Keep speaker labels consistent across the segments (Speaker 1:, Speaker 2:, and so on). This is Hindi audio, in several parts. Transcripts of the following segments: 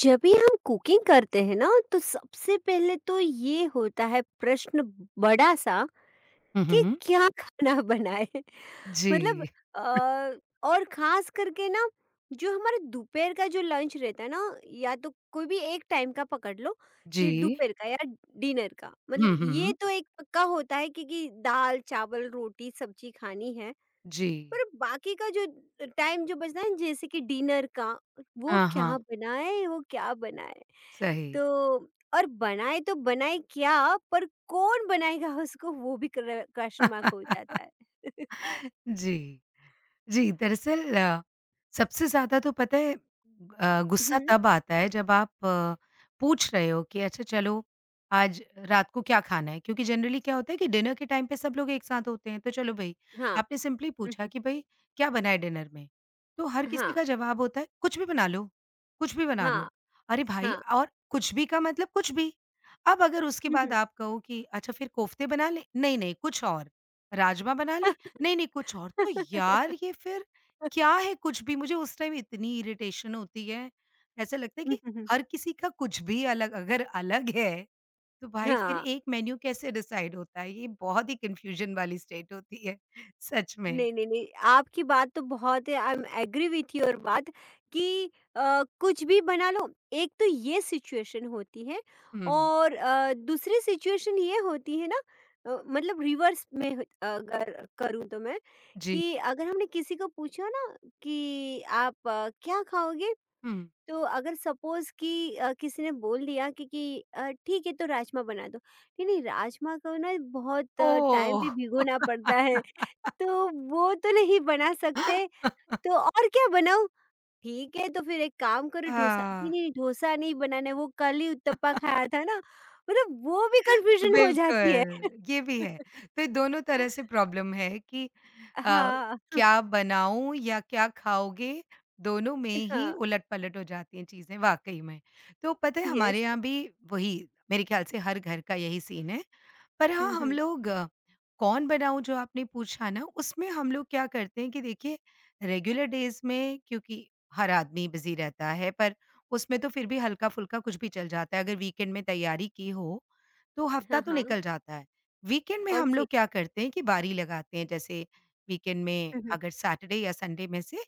Speaker 1: जब भी हम कुकिंग करते हैं ना तो सबसे पहले तो ये होता है प्रश्न बड़ा सा
Speaker 2: हुँ,
Speaker 1: कि
Speaker 2: हुँ।
Speaker 1: क्या खाना बनाए। मतलब
Speaker 2: जी,
Speaker 1: और खास करके ना जो हमारा दोपहर का जो लंच रहता है ना, या तो कोई भी एक टाइम का पकड़ लो
Speaker 2: जी।
Speaker 1: कि दोपहर का या डिनर का, मतलब
Speaker 2: हुँ,
Speaker 1: ये
Speaker 2: हुँ।
Speaker 1: तो एक पक्का होता है कि दाल चावल रोटी सब्जी खानी है।
Speaker 2: जी।
Speaker 1: पर बाकी का जो टाइम जो बचता है जैसे कि डिनर का, वो
Speaker 2: हाँ,
Speaker 1: क्या
Speaker 2: हाँ।
Speaker 1: बनाए वो क्या बनाए,
Speaker 2: सही।
Speaker 1: तो और बनाए तो बनाए क्या? पर कौन बनाएगा उसको वो भी क्वेश्चन मार्क हो जाता है।
Speaker 2: जी। जी, दरअसल सबसे ज़्यादा तो पता है गुस्सा
Speaker 1: हम्म।
Speaker 2: तब आता है जब आप पूछ रहे हो कि अच्छा चलो आज रात को क्या खाना है? क्योंकि जनरली क्या होता है कि डिनर के टाइम पे सब लोग एक साथ होते हैं, तो चलो भई
Speaker 1: हाँ।
Speaker 2: आपने सिंपली पूछा
Speaker 1: हम्म।
Speaker 2: कि भई क्या बना है डिनर में? तो हर किसी
Speaker 1: हाँ,
Speaker 2: का जवाब होता है कुछ भी बना लो, कुछ भी बना
Speaker 1: हाँ,
Speaker 2: लो। अरे भाई
Speaker 1: हाँ।
Speaker 2: और कुछ भी का मतलब कुछ भी। अब अगर उसके बाद
Speaker 1: हम्म।
Speaker 2: आप कहो कि अच्छा फिर कोफ्ते बना लें? नहीं, नहीं कुछ और। राजमा बना लें? नहीं, नहीं, कुछ और। तो यार ये फिर क्या है कुछ भी? मुझे उस टाइम इतनी इरिटेशन होती है, ऐसा लगता है कि
Speaker 1: हम्म।
Speaker 2: हर किसी का कुछ भी अलग अगर अलग है, तो भाई फिर
Speaker 1: हाँ।
Speaker 2: एक मेन्यू कैसे डिसाइड होता है? ये बहुत ही कन्फ्यूज़न वाली स्टेट होती है, सच में।
Speaker 1: नहीं, नहीं, नहीं, आपकी बात तो बहुत है, I am agree with your बात कि कुछ भी बना लो, एक तो ये सिचुएशन होती है।
Speaker 2: हुँ,
Speaker 1: और दूसरी सिचुएशन ये होती है ना, मतलब रिवर्स में ह अगर करूँ तो मैं,
Speaker 2: जी।
Speaker 1: कि अगर हमने किसी को पूछा ना कि आप क्या खाओगे?
Speaker 2: हुँ।
Speaker 1: तो अगर सपोज़ कि किसी ने बोल दिया कि ठीक है तो राजमा बना दो। नहीं, नहीं, राजमा को ना बहुत टाइम
Speaker 2: ओह!
Speaker 1: भी भिगोना पड़ता है। तो वो तो नहीं बना सकते, तो और क्या बनाऊँ? ठीक है, तो फिर एक काम करो, डोसा। नहीं,
Speaker 2: हाँ।
Speaker 1: नहीं, डोसा नहीं बनाना है, वो कल ही उत्तपम खाया था ना, मतलब वो भी कन्फ्यूज़न हो जाती है।
Speaker 2: बिल्कुल, ये भी है। तो ये दोनों तरह से प्रॉब्लम है कि अ,
Speaker 1: हाँ,
Speaker 2: क्या बनाऊँ या क्या खाओगे, दोनों में ही
Speaker 1: हाँ,
Speaker 2: उलट-पलट हो जाती हैं चीज़ें वाक़ई में। तो पता है हमारे
Speaker 1: यस।
Speaker 2: यहाँ भी वही मेरे ख़्याल से हर घर का यही सीन है पर हाँ,
Speaker 1: हुँ,
Speaker 2: हम
Speaker 1: हुँ।
Speaker 2: लोग कौन बनाऊँ जो आपने पूछा ना, उसमें हम लोग क्या करते हैं कि देखिए रेगुलर डेज़ में क्योंकि हर आदमी बिज़ी रहता है, पर उसमें तो फिर भी हल्का-फुल्का कुछ भी चल जाता है। अगर वीकेंड में तैयारी की हो, तो
Speaker 1: हाँ,
Speaker 2: हफ्ता तो
Speaker 1: हाँ,
Speaker 2: निकल जाता है। वीकेंड में हम
Speaker 1: ओके।
Speaker 2: लोग क्या करते हैं कि बारी लगाते हैं, जैसे वीकेंड में
Speaker 1: हुँ, हुँ,
Speaker 2: अगर सैटरडे या संडे में से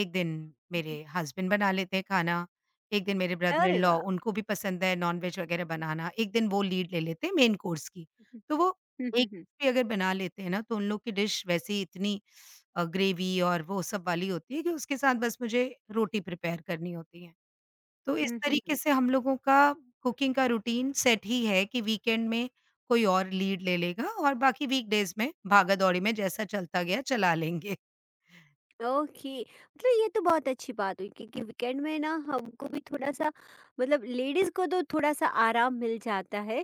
Speaker 2: एक दिन
Speaker 1: हुँ, हुँ।
Speaker 2: मेरे हस्बैंड बना लेते हैं खाना, एक दिन मेरे
Speaker 1: अरे
Speaker 2: ब्रदर-इन-लॉ
Speaker 1: वाह!
Speaker 2: उनको भी पसंद है नॉन-वेज वगैरह बनाना, एक दिन वो लीड ले लेते हैं मेन कोर्स की।
Speaker 1: हुँ,
Speaker 2: तो वो
Speaker 1: हुँ, हुँ,
Speaker 2: एक
Speaker 1: हुँ।
Speaker 2: भी अगर बना लेते हैं ना तो उन लोग की डिश वैसे ही इतनी ग्रेवी और वो सब वाली होती है कि उसके साथ बस मुझे रोटी प्रिपेयर करनी होती है। तो इस
Speaker 1: हुँ, हुँ,
Speaker 2: तरीके
Speaker 1: हुँ।
Speaker 2: से हम लोगों का कुकिंग का रूटीन सेट ही है कि वीकेंड में कोई और लीड ले लेगा और बाकी वीकडेज़ में भागा-दौड़ी में जैसा चलता गया चला लेंगे।
Speaker 1: ओके, मतलब ये तो बहुत अच्छी बात हुई क्योंकि वीकेंड में ना हमको भी थोड़ा सा, मतलब लेडीज को तो थोड़ा सा आराम मिल जाता है,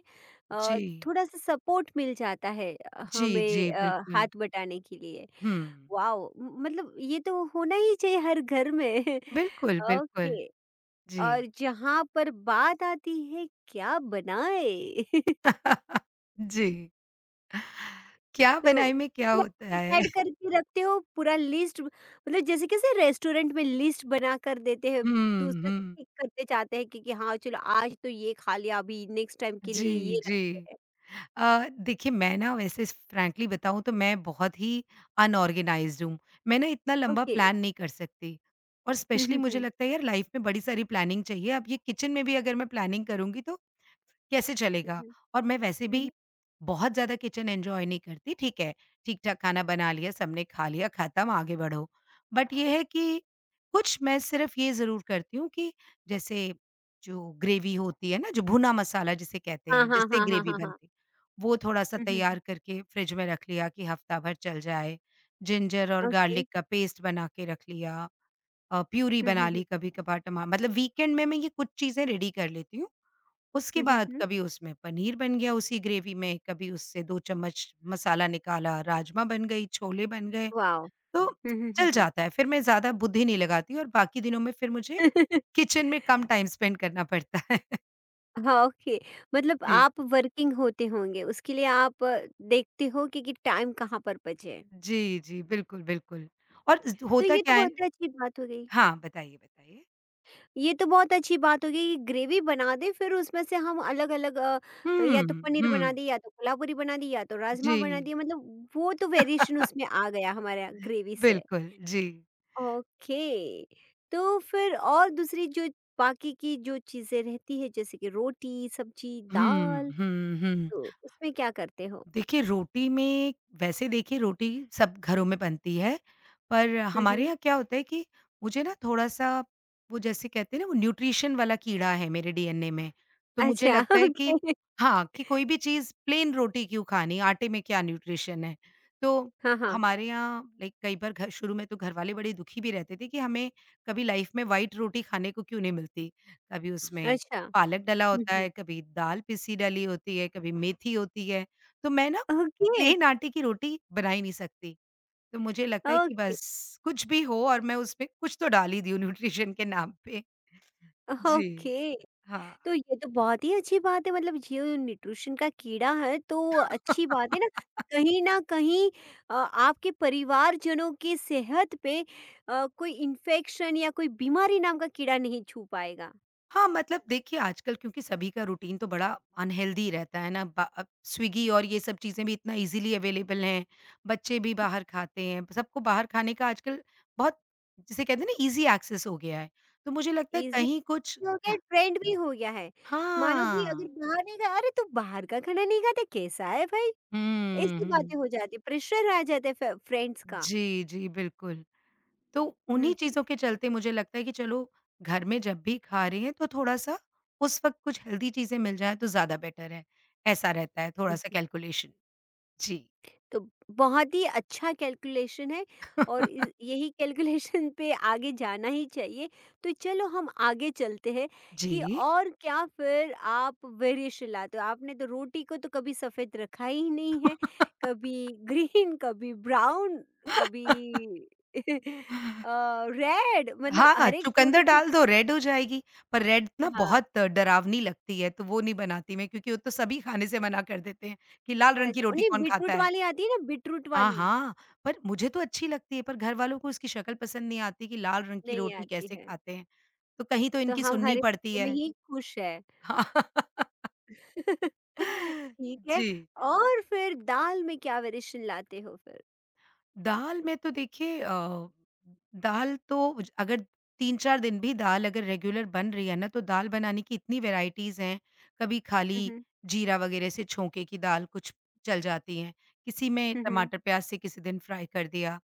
Speaker 1: अ,
Speaker 2: जी।
Speaker 1: थोड़ा सा सपोर्ट मिल जाता है
Speaker 2: जी,
Speaker 1: हमें
Speaker 2: जी, बिल्कुल।
Speaker 1: हाथ बटाने के लिए।
Speaker 2: हुँ।
Speaker 1: वाओ, मतलब ये तो होना ही चाहिए हर घर में।
Speaker 2: बिल्कुल, बिल्कुल।
Speaker 1: ओके।
Speaker 2: जी।
Speaker 1: और जहाँ पर बात आती है क्या बनाए,
Speaker 2: जी। क्या
Speaker 1: तो
Speaker 2: बनाई में क्या होता है?
Speaker 1: डिसाइड करके रखते हो पूरा लिस्ट, मतलब जैसे कैसे रेस्टोरेंट में लिस्ट बना कर देते हैं,
Speaker 2: हुँ,
Speaker 1: तो उसमें से
Speaker 2: हुँ।
Speaker 1: टिक करते जाते हैं कि हाँ चलो आज तो ये खा लिया, अभी नेक्स्ट टाइम के लिए
Speaker 2: जी,
Speaker 1: ये रखते
Speaker 2: जी।
Speaker 1: हैं।
Speaker 2: देखिए मैं ना वैसे फ्रैंकली बताऊँ तो मैं बहुत ही अनऑर्गेनाइज़्ड हूँ। मैं ना इतना लंबा
Speaker 1: ओके।
Speaker 2: प्लान नहीं कर सकती और स्पेशली मुझे
Speaker 1: हम्म।
Speaker 2: लगता है यार लाइफ़ में बड़ी सारी प्लानिंग चाहिए। अब ये किचन में भी अगर मैं प्लानिंग करूँगी तो कैसे चलेगा?
Speaker 1: हम्म, हम्म,
Speaker 2: और मैं वैसे
Speaker 1: हम्म।
Speaker 2: भी बहुत ज़्यादा किचन एन्जॉय नहीं करती, ठीक है, ठीक-ठाक खाना बना लिया, सबने खा लिया, ख़त्म, आगे बढ़ो। बट ये है कि कुछ मैं सिर्फ़ ये ज़रूर करती हूँ कि जैसे जो ग्रेवी होती है ना, जो भुना मसाला जिसे कहते
Speaker 1: हाँ
Speaker 2: हैं,
Speaker 1: हाँ
Speaker 2: जिससे
Speaker 1: हाँ हाँ
Speaker 2: ग्रेवी
Speaker 1: हाँ हाँ।
Speaker 2: बनती है, वो थोड़ा-सा
Speaker 1: हम्म, हम्म, हम्म।
Speaker 2: तैयार करके फ्रिज में रख लिया कि हफ़्ता भर चल जाए। जिंजर और
Speaker 1: ओके।
Speaker 2: गार्लिक का पेस्ट बना के रख लिया प्यूरी बना
Speaker 1: हम्म।
Speaker 2: ली कभी-कभार टमा मतलब वीकेंड में मैं ये कुछ चीज़ें रेडी कर लेती हूँ। उसके
Speaker 1: हम्म हम्म,
Speaker 2: बाद
Speaker 1: हम्म।
Speaker 2: कभी उसमें पनीर बन गया उसी ग्रेवी में, कभी उससे 2 चम्मच मसाला निकाला, राजमा बन गई, छोले बन गए,
Speaker 1: वाओ।
Speaker 2: तो
Speaker 1: हम्म हम्म हम्म
Speaker 2: चल
Speaker 1: हम्म।
Speaker 2: जाता है। फिर मैं ज़्यादा बुद्धि नहीं लगाती और बाकी दिनों में फिर मुझे किचन में कम टाइम स्पेंड करना पड़ता है।
Speaker 1: हाँ, ओके। मतलब
Speaker 2: जी।
Speaker 1: आप वर्किंग होते होंगे, उसके लिए आप देखते हो कि टाइम कहाँ पर बचे।
Speaker 2: जी, जी, बिल्कुल, बिल्कुल और ज
Speaker 1: तो
Speaker 2: होता
Speaker 1: ये तो
Speaker 2: क्या है
Speaker 1: बहुत अच्छी बात हो गई,
Speaker 2: हाँ, बताइए, बताइए।
Speaker 1: ये तो बहुत अच्छी बात होगी कि ग्रेवी बना दें, फिर उसमें से हम अलग-अलग या तो
Speaker 2: हुँ,
Speaker 1: पनीर बना
Speaker 2: हुँ,
Speaker 1: दें, या तो कोल्हापुरी बना दें, या तो राजमा
Speaker 2: जी।
Speaker 1: बना दिए, मतलब वो तो वेरिएशन उसमें आ गया हमारा ग्रेवी से।
Speaker 2: बिल्कुल, जी।
Speaker 1: ओके, तो फिर और दूसरी जो बाकी की जो चीज़ें रहती है जैसे कि रोटी, सब्जी,
Speaker 2: हुँ,
Speaker 1: दाल,
Speaker 2: हुँ, हुँ।
Speaker 1: तो उसमें क्या करते हो?
Speaker 2: देखिए, रोटी में वैसे देखिए रोटी सब घरों में बनती है, पर
Speaker 1: हुँ,
Speaker 2: हमारे
Speaker 1: हुँ।
Speaker 2: यहाँ क्या होता है कि मुझे ना थोड़ा-सा वो जैसे कहते हैं ना वो न्यूट्रिशन वाला कीड़ा है मेरे डीएनए में, तो मुझे
Speaker 1: अच्छा।
Speaker 2: लगता है कि
Speaker 1: ओके।
Speaker 2: हाँ, कि कोई भी चीज़ प्लेन रोटी क्यों खानी, आटे में क्या न्यूट्रिशन है। तो
Speaker 1: हाँ, हाँ।
Speaker 2: हमारे यहाँ लाइक कई बार घर शुरू में तो घरवाले बड़े दुखी भी रहते थे कि हमें कभी लाइफ़ में व्हाइट रोटी खाने को क्यों नहीं मिलती। कभी उसमें
Speaker 1: अच्छा।
Speaker 2: पालक डला
Speaker 1: हुँ,
Speaker 2: होता
Speaker 1: हुँ।
Speaker 2: है, कभी दाल पिसी डली होती है, कभी मेथी होती है। तो मैं ना
Speaker 1: ओके,
Speaker 2: प्लेन आटे की रोटी बना ही नहीं सकती। तो मुझे लगता है कि
Speaker 1: ओके,
Speaker 2: बस कुछ भी हो और मैं उसमें कुछ तो डाल ही दूँ न्यूट्रिशन के नाम पे। जी।
Speaker 1: ओके।
Speaker 2: हाँ।
Speaker 1: तो ये तो बहुत ही अच्छी बात है, मतलब ये न्यूट्रिशन का कीड़ा है तो अच्छी बात है ना, कहीं ना कहीं आपके परिवारजनों की सेहत पे कोई इन्फेक्शन या कोई बीमारी नाम का कीड़ा नहीं छू पाएगा।
Speaker 2: हाँ, मतलब देखिए आजकल क्योंकि सभी का रूटीन तो बड़ा अनहेल्दी रहता है ना ब अब स्विगी और ये सब चीज़ें भी इतना ईज़िली अवेलेबल हैं, बच्चे भी बाहर खाते हैं, सबको बाहर खाने का आजकल बहुत जिसे कहते हैं ना ईज़ी एक्सेस हो गया है। तो मुझे लगता है
Speaker 1: इजी
Speaker 2: कहीं कुछ
Speaker 1: हो गया, ट्रेंड भी हो गया है, मानो कि अगर
Speaker 2: हाँ।
Speaker 1: बाहर नहीं खा, अरे तू बाहर का खाना नहीं खाते कैसा है भाई, ऐसी
Speaker 2: हुँ।
Speaker 1: बातें हो जाती, प्रेशर आ जाता है फ्रेंड्स का।
Speaker 2: जी, जी, बिल्कुल। तो उन्हीं चीज़ों के चलते मुझे लगता है कि चलो घर में जब भी खा रहे हैं तो थोड़ा-सा उस वक़्त कुछ हेल्दी चीज़ें मिल जाएँ तो ज़्यादा बेटर है। ऐसा रहता है थोड़ा-सा
Speaker 1: हम्म।
Speaker 2: कैलकुलेशन। जी।
Speaker 1: तो बहुत ही अच्छा कैलकुलेशन है, और यही कैलकुलेशन पे आगे जाना ही चाहिए। तो चलो हम आगे चलते हैं कि
Speaker 2: जी।
Speaker 1: और क्या फिर आप वेरिएशन लाते हो, आपने तो रोटी को तो कभी सफ़ेद रखा ही नहीं है, कभी ग्रीन, कभी ब्राउन, कभी रेड, मतलब
Speaker 2: हाँ,
Speaker 1: हर एक रोटी
Speaker 2: चुकंदर
Speaker 1: की।
Speaker 2: डाल दो रेड हो जाएगी, पर रेड ना
Speaker 1: हाँ।
Speaker 2: बहुत डरावनी लगती है तो वो नहीं बनाती मैं क्योंकि वो तो सभी खाने से मना कर देते हैं कि लाल रंग की
Speaker 1: अच्छा,
Speaker 2: रोटी
Speaker 1: नहीं
Speaker 2: कौन
Speaker 1: बीटरूट
Speaker 2: खाता है।
Speaker 1: वाली आती है ना, बीटरूट
Speaker 2: हाँ,
Speaker 1: वाली
Speaker 2: हाँ, पर मुझे तो अच्छी लगती है पर घरवालों को उसकी शक्ल पसंद नहीं आती कि लाल रंग की
Speaker 1: नहीं
Speaker 2: रोटी
Speaker 1: आती
Speaker 2: कैसे
Speaker 1: है,
Speaker 2: खाते हैं, तो कहीं तो
Speaker 1: तो
Speaker 2: इनकी
Speaker 1: हम
Speaker 2: सुननी
Speaker 1: हरे
Speaker 2: पड़ती
Speaker 1: में
Speaker 2: है।
Speaker 1: ही खुश है। ठीक है।
Speaker 2: जी,
Speaker 1: और फिर दाल में क्या वेरिएशन लाते हो फिर?
Speaker 2: दाल में तो देखिए दाल तो ज अगर तीन-चार दिन भी दाल अगर रेगुलर बन रही है ना, तो दाल बनाने की इतनी वैराइटीज़ हैं, कभी
Speaker 1: हुँ,
Speaker 2: खाली
Speaker 1: हुँ।
Speaker 2: जीरा वगैरह से छोंके की दाल कुछ चल जाती है, किसी में
Speaker 1: हुँ, हुँ।
Speaker 2: टमाटर-प्याज़ से किसी दिन फ्राई कर दिया।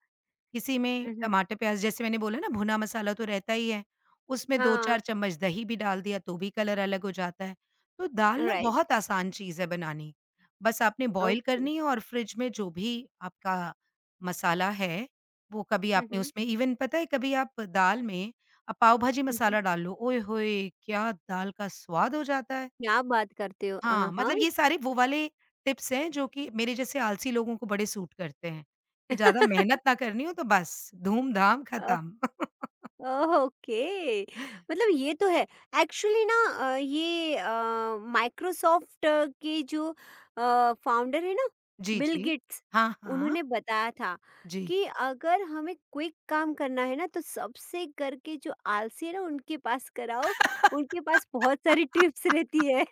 Speaker 2: किसी में
Speaker 1: हुँ, हुँ।
Speaker 2: टमाटर प्याज़ जैसे मैंने बोला ना भुना मसाला तो रहता ही है, उसमें
Speaker 1: हाँ,
Speaker 2: दो-चार चम्मच दही भी डाल दिया तो भी कलर अलग हो जाता है। तो दाल ना
Speaker 1: राइट।
Speaker 2: बहुत आसान चीज़ है बनानी, बस आपने बॉयल
Speaker 1: ओके।
Speaker 2: करनी है और फ्रिज में जो भी आपका मसाला है, वो कभी
Speaker 1: हुँ,
Speaker 2: आपने
Speaker 1: हुँ।
Speaker 2: उसमें इवन पता है कभी आप दाल में पाव भाजी
Speaker 1: हुँ, हुँ।
Speaker 2: मसाला डाल लो, ओए होए! क्या दाल का स्वाद हो जाता है।
Speaker 1: क्या बात करते हो? हाँ,
Speaker 2: हाँ,
Speaker 1: हाँ।
Speaker 2: मतलब ये सारे वो वाले टिप्स हैं जो कि मेरे जैसे आलसी लोगों को बड़े सूट करते हैं, कि ज़्यादा मेहनत ना करनी हो तो बस धूम-धाम खत्म।
Speaker 1: ओके। मतलब ये तो है, एक्चुअली ना ये माइक्रोसॉफ्ट के जो फाउंडर है ना,
Speaker 2: जी,
Speaker 1: बिल
Speaker 2: जी।
Speaker 1: गेट्स,
Speaker 2: हाँ, हाँ।
Speaker 1: उन्होंने बताया था
Speaker 2: जी।
Speaker 1: कि अगर हमें क्विक काम करना है ना, तो सबसे करके जो आलसी है ना उनके पास कराओ, उनके पास बहुत सारी टिप्स रहती है।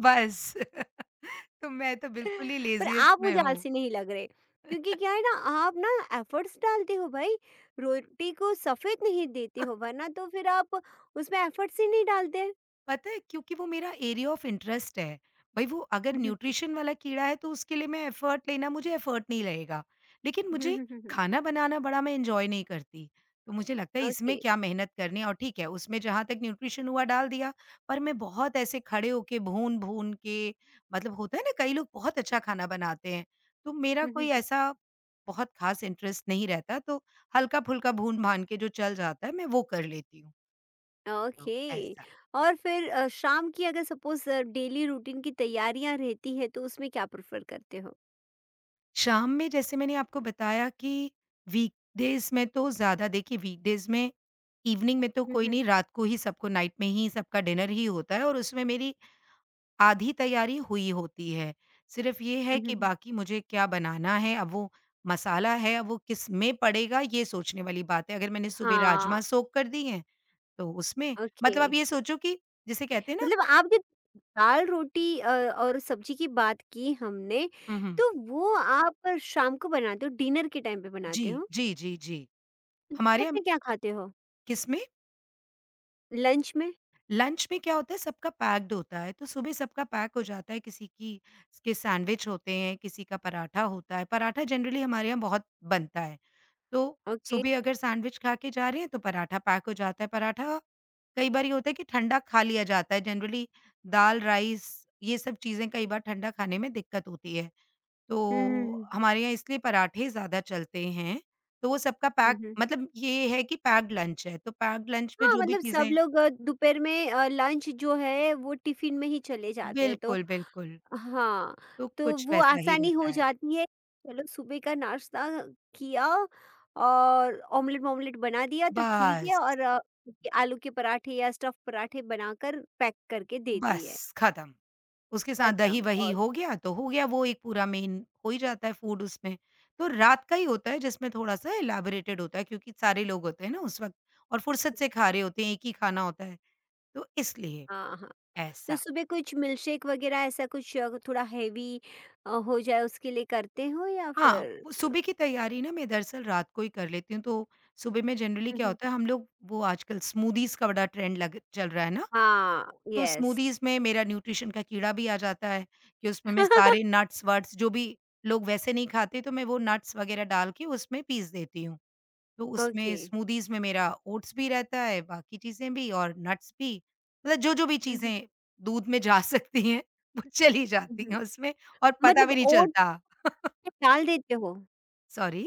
Speaker 2: बस तो मैं तो बिल्कुल ही
Speaker 1: पर
Speaker 2: लेज़ीएस्ट
Speaker 1: आप
Speaker 2: में
Speaker 1: मुझे
Speaker 2: हूँ।
Speaker 1: आलसी नहीं लग रहे, क्योंकि क्या है ना, आप ना एफर्ट्स डालते हो भाई, रोटी को सफ़ेद नहीं देते हो, वरना तो फिर आप उसमें एफर्ट्स ही नहीं डालते।
Speaker 2: पता है क्योंकि वो मेरा एरिया ऑफ इंटरेस्ट है। भई वो अगर न्यूट्रिशन वाला कीड़ा है तो उसके लिए मैं एफर्ट लेना मुझे एफर्ट नहीं लगेगा। लेकिन मुझे खाना बनाना बड़ा मैं एन्जॉय नहीं करती। तो मुझे लगता है
Speaker 1: ओके।
Speaker 2: इसमें क्या मेहनत करनी है और ठीक है उसमें जहाँ तक न्यूट्रिशन हुआ डाल दिया, पर मैं बहुत ऐसे खड़े होके भून-भून के मतलब होता है ना कई लोग बहुत अच्छा खाना बनाते हैं। तो मेरा कोई ऐसा बहुत ख़ास इंटरेस्ट नहीं रहता तो हल्का-फुल्का भून-भान के जो चल जाता है मैं वो कर लेती हूँ। तो
Speaker 1: ओके।
Speaker 2: ऐसा।
Speaker 1: और फिर शाम की अगर सपोज़ डेली रूटीन की तैयारियाँ रहती है तो उसमें क्या प्रेफ़र करते हो?
Speaker 2: शाम में जैसे मैंने आपको बताया कि वीकडेज़ में तो ज़्यादा देखिए वीकडेज़ में इवनिंग में तो कोई नहीं, रात को ही सबको नाइट में ही सबका डिनर ही होता है और उसमें मेरी आधी तैयारी हुई होती है। सिर्फ़ ये है कि बाकी मुझे क्या बनाना है, अब वो मसाला है, अब वो किस में पड़ेगा ये सोचने वाली बात है। अगर मैंने सुबह
Speaker 1: हाँ,
Speaker 2: राजमा सोक कर दिए, तो उसमें
Speaker 1: ओके।
Speaker 2: मतलब आप ये सोचो कि जिसे कहते हैं ना
Speaker 1: मतलब आप जो दाल रोटी और सब्जी की बात की हमने,
Speaker 2: हुँ, हुँ।
Speaker 1: तो वो आप शाम को बनाते हो, डिनर के टाइम पे
Speaker 2: जी,
Speaker 1: बनाते हो?
Speaker 2: जी, जी, जी। हमारे
Speaker 1: दोपहर
Speaker 2: यहाँ
Speaker 1: में क्या खाते हो?
Speaker 2: किसमें?
Speaker 1: लंच में?
Speaker 2: लंच में क्या होता है सबका पैक्ड होता है, तो सुबह सबका पैक हो जाता है, किसी की के सैंडविच होते हैं, किसी का पराठा होता है, पराठा जनरली हमारे यहाँ बहुत बनता है। तो
Speaker 1: ओके।
Speaker 2: सुबह अगर सैंडविच खा के जा रहे हैं, तो पराठा पैक हो जाता है, पराठा कई बार ये होता है कि ठंडा खा लिया जाता है, जनरली दाल, राइस ये सब चीज़ें कई बार ठंडा खाने में दिक्कत होती है।
Speaker 1: हुँ, हुँ,
Speaker 2: तो
Speaker 1: हुँ, हुँ।
Speaker 2: हमारे यहाँ इसलिए पराठे ज़्यादा चलते हैं, तो वो सबका
Speaker 1: हुँ,
Speaker 2: पैक
Speaker 1: हुँ।
Speaker 2: मतलब ये है कि पैक्ड लंच है, तो पैक्ड लंच में
Speaker 1: हाँ,
Speaker 2: जो भी
Speaker 1: मतलब सब
Speaker 2: चीज़ें
Speaker 1: लोग दोपहर में लंच जो है वो टिफ़िन में ही चले जाते हैं तो।
Speaker 2: बिल्कुल, बिल्कुल।
Speaker 1: हाँ,
Speaker 2: तो
Speaker 1: तो
Speaker 2: कुछ
Speaker 1: वो
Speaker 2: वैसा ही
Speaker 1: आसानी हो
Speaker 2: रहता है।
Speaker 1: जाती है। चलो सुबह का नाश्ता किया और ऑमलेट-वॉमलेट बना दिया तो ठीक है,
Speaker 2: बस,
Speaker 1: और आलू के पराठे या स्टफ़ पराठे बनाकर पैक करके दे दिए,
Speaker 2: बस खत्म। उसके साथ
Speaker 1: खत्म।
Speaker 2: दही-वही
Speaker 1: और
Speaker 2: हो गया तो हो गया वो एक पूरा मेन हो ही जाता है फूड उसमें। तो रात का ही होता है जिसमें थोड़ा-सा एलाबोरेटेड होता है क्योंकि सारे लोग होते हैं ना उस वक़्त और फुर्सत से खा रहे होते हैं, एक ही खाना होता है, तो इसलिए
Speaker 1: हाँ, हाँ। तो
Speaker 2: ऐसा।
Speaker 1: सुबह कुछ मिल्कशेक वगैरह ऐसा कुछ थोड़ा हेवी हो जाए उसके लिए करते हो या
Speaker 2: हाँ, वो
Speaker 1: फिर?
Speaker 2: सुबह की तैयारी ना मैं दरअसल रात को ही कर लेती हूँ तो सुबह में जनरली
Speaker 1: हुँ,
Speaker 2: क्या
Speaker 1: हुँ।
Speaker 2: होता है हम लोग वो आजकल स्मूदीज़ का बड़ा ट्रेंड लग चल रहा है ना?
Speaker 1: हाँ,
Speaker 2: तो
Speaker 1: यस।
Speaker 2: स्मूदीज़ में मेरा न्यूट्रिशन का कीड़ा भी आ जाता है कि उसमें मैं सारे नट्स-वट्स जो भी लोग वैसे नहीं खाते तो मैं वो नट्स वगैरह डाल के उसमें पीस देती हूँ। तो
Speaker 1: ओके।
Speaker 2: उसमें स्मूदीज़ में मेरा ओट्स भी रहता है, बाकी चीज़ें भी और नट्स भी। मतलब जो-जो भी
Speaker 1: हुँ, हुँ,
Speaker 2: चीज़ें दूध में जा सकती हैं वो चली
Speaker 1: हुँ,
Speaker 2: जाती
Speaker 1: हुँ।
Speaker 2: हैं उसमें और पता
Speaker 1: मतलब
Speaker 2: भी नहीं
Speaker 1: ओट्स
Speaker 2: चलता।
Speaker 1: में डाल देते हो?
Speaker 2: सॉरी?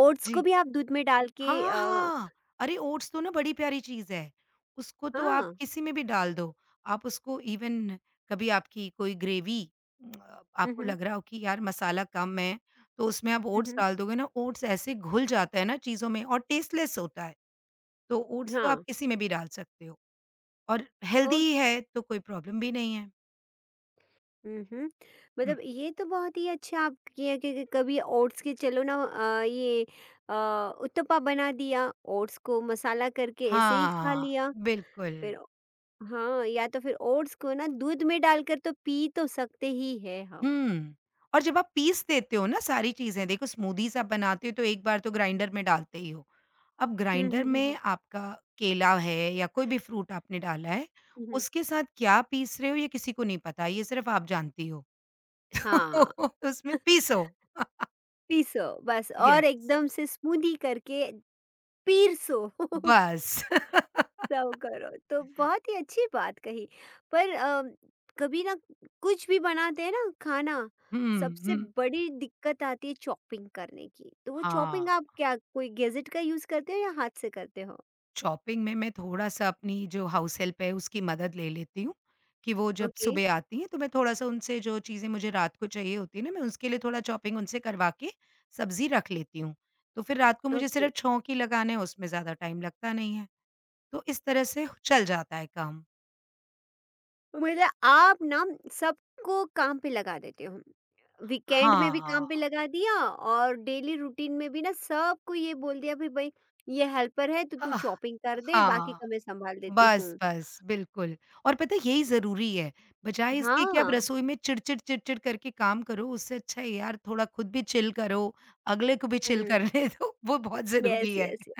Speaker 1: ओट्स को
Speaker 2: जी।
Speaker 1: भी आप दूध में डाल के
Speaker 2: हाँ, हाँ। अरे ओट्स तो ना बड़ी प्यारी चीज़ है। उसको तो आप
Speaker 1: हाँ।
Speaker 2: किसी में भी डाल दो। आप उसको इवन कभी आपकी कोई ग्रेवी
Speaker 1: हुँ,
Speaker 2: आपको
Speaker 1: हुँ,
Speaker 2: लग रहा हो कि यार मसाला कम है, तो उसमें आप
Speaker 1: हुँ,
Speaker 2: ओट्स
Speaker 1: हुँ।
Speaker 2: डाल दोगे ना, ओट्स ऐसे घुल जाता है ना चीज़ों में और टेस्टलेस होता है। तो ओट्स तो आप
Speaker 1: हाँ,
Speaker 2: किसी में भी डाल सकते हो और
Speaker 1: ओ,
Speaker 2: हेल्दी है तो कोई प्रॉब्लम भी नहीं है।
Speaker 1: हुँ, हुँ।
Speaker 2: हुँ।
Speaker 1: मतलब ये तो बहुत ही अच्छा आप किया, क्योंकि कभी ओट्स के चलो ना ये अ, उत्तपम बना दिया, ओट्स को मसाला करके ऐसे ही खा
Speaker 2: हाँ,
Speaker 1: लिया,
Speaker 2: बिल्कुल।
Speaker 1: फिर हाँ, या तो फिर ओट्स को ना दूध में डालकर तो पी तो सकते ही हैं हम।
Speaker 2: हुँ। और जब आप पीस देते हो ना सारी चीज़ें, देखो स्मूदीज़ आप बनाते हो तो एक बार तो ग्राइंडर में डालते ही हो। अब
Speaker 1: हुँ,
Speaker 2: ग्राइंडर
Speaker 1: हुँ, हुँ,
Speaker 2: में
Speaker 1: हुँ।
Speaker 2: आपका केला है या कोई भी फ्रूट आपने डाला है,
Speaker 1: हुँ, हुँ।
Speaker 2: उसके साथ क्या पीस रहे हो ये किसी को नहीं पता, ये सिर्फ़ आप जानती हो।
Speaker 1: हाँ,
Speaker 2: तो उसमें पीसो।
Speaker 1: पीसो बस, और
Speaker 2: येस,
Speaker 1: एकदम से स्मूदी करके पीरसो।
Speaker 2: बस।
Speaker 1: सर्व करो, तो बहुत ही अच्छी बात कही। पर कभी ना कुछ भी बनाते हैं ना खाना,
Speaker 2: हुँ,
Speaker 1: सबसे
Speaker 2: हुँ।
Speaker 1: बड़ी दिक्कत आती है चॉपिंग करने की, तो वो चॉपिंग
Speaker 2: हाँ।
Speaker 1: आप क्या कोई गैजेट का यूज करते हो या हाथ से करते हो?
Speaker 2: शॉपिंग में मैं थोड़ा-सा अपनी जो हाउस हेल्प है उसकी मदद ले लेती हूँ, कि वो जब
Speaker 1: ओके।
Speaker 2: सुबह आती हैं तो मैं थोड़ा-सा उनसे जो चीज़ें मुझे रात को चाहिए होती है ना मैं उसके लिए थोड़ा शॉपिंग उनसे करवा के सब्ज़ी रख लेती हूँ। तो फिर रात को मुझे
Speaker 1: ओके।
Speaker 2: सिर्फ़ छौंके लगाने हैं उसमें ज़्यादा टाइम लगता नहीं है। तो इस तरह से चल जाता है काम।
Speaker 1: मतलब आप ना सबको काम पे लगा देते हो, वीकेंड में भी काम
Speaker 2: हाँ।
Speaker 1: पे लगा दिया, और डेली रूटीन में भी ना सबको ये बोल दिया भाई भाई ये हेल्पर है तो तू
Speaker 2: अह,
Speaker 1: चॉपिंग कर दे, बाकी
Speaker 2: हाँ।
Speaker 1: का मैं संभाल देती
Speaker 2: बस,
Speaker 1: हूँ।
Speaker 2: बस, बिल्कुल और पता है यही ज़रूरी है, बजाए इसके कि आप
Speaker 1: हाँ।
Speaker 2: रसोई में चिड़चिड़-चिड़चिड़ करके काम करो, उससे अच्छा है यार थोड़ा खुद भी चिल करो, अगले को भी चिल करने दो, वो बहुत
Speaker 1: Yes,
Speaker 2: ज़रूरी है।
Speaker 1: yes, yes.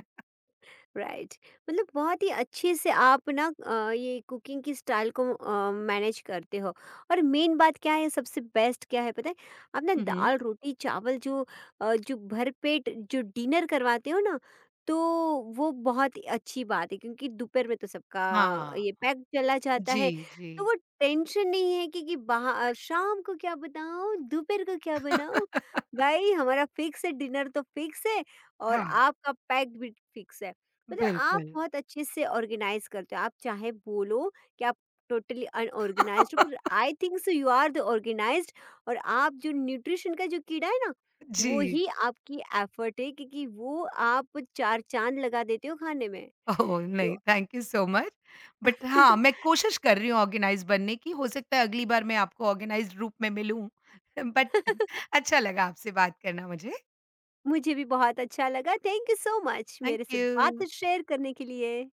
Speaker 1: राइट। मतलब बहुत ही अच्छे से आप ना ये कुकिंग की स्टाइल को मैनेज करते हो। और मेन बात क्या है, सबसे बेस्ट क्या है पता है, आप ना
Speaker 2: हुँ, हुँ।
Speaker 1: दाल रोटी चावल जो जो भरपेट जो डिनर करवाते हो ना, तो वो बहुत ही अच्छी बात है, क्योंकि दोपहर में तो सबका
Speaker 2: हाँ,
Speaker 1: ये पैक चला जाता है,
Speaker 2: जी, जी।
Speaker 1: तो वो टेंशन नहीं है कि बाहर शाम को क्या बनाओ दोपहर को क्या बनाओ, भाई हमारा फिक्स है, डिनर तो फिक्स है, और
Speaker 2: हाँ,
Speaker 1: आपका पैक भी फिक्स है। मतलब आप
Speaker 2: बिल्कुल।
Speaker 1: बहुत अच्छे से ऑर्गेनाइज करते हो, आप चाहे बोलो कि आप टोटली अनऑर्गेनाइज्ड हो, पर I think so you are the organised. और आप जो न्यूट्रिशन का जो कीड़ा है ना, वो
Speaker 2: जी,
Speaker 1: ही आपकी एफर्ट है, क्योंकि वो आप चार चांद लगा देते हो खाने में।
Speaker 2: ओह! नहीं,
Speaker 1: तो
Speaker 2: thank you so much but हाँ, मैं कोशिश कर रही हूँ ऑर्गेनाइज़ बनने की, हो सकता है अगली बार मैं आपको ऑर्गेनाइज़्ड रूप में मिलूँ, बट अच्छा लगा आपसे बात करना मुझे,
Speaker 1: मुझे भी बहुत अच्छा लगा, thank you so much
Speaker 2: thank
Speaker 1: मेरे से
Speaker 2: यू।
Speaker 1: बात शेयर करने के लिए।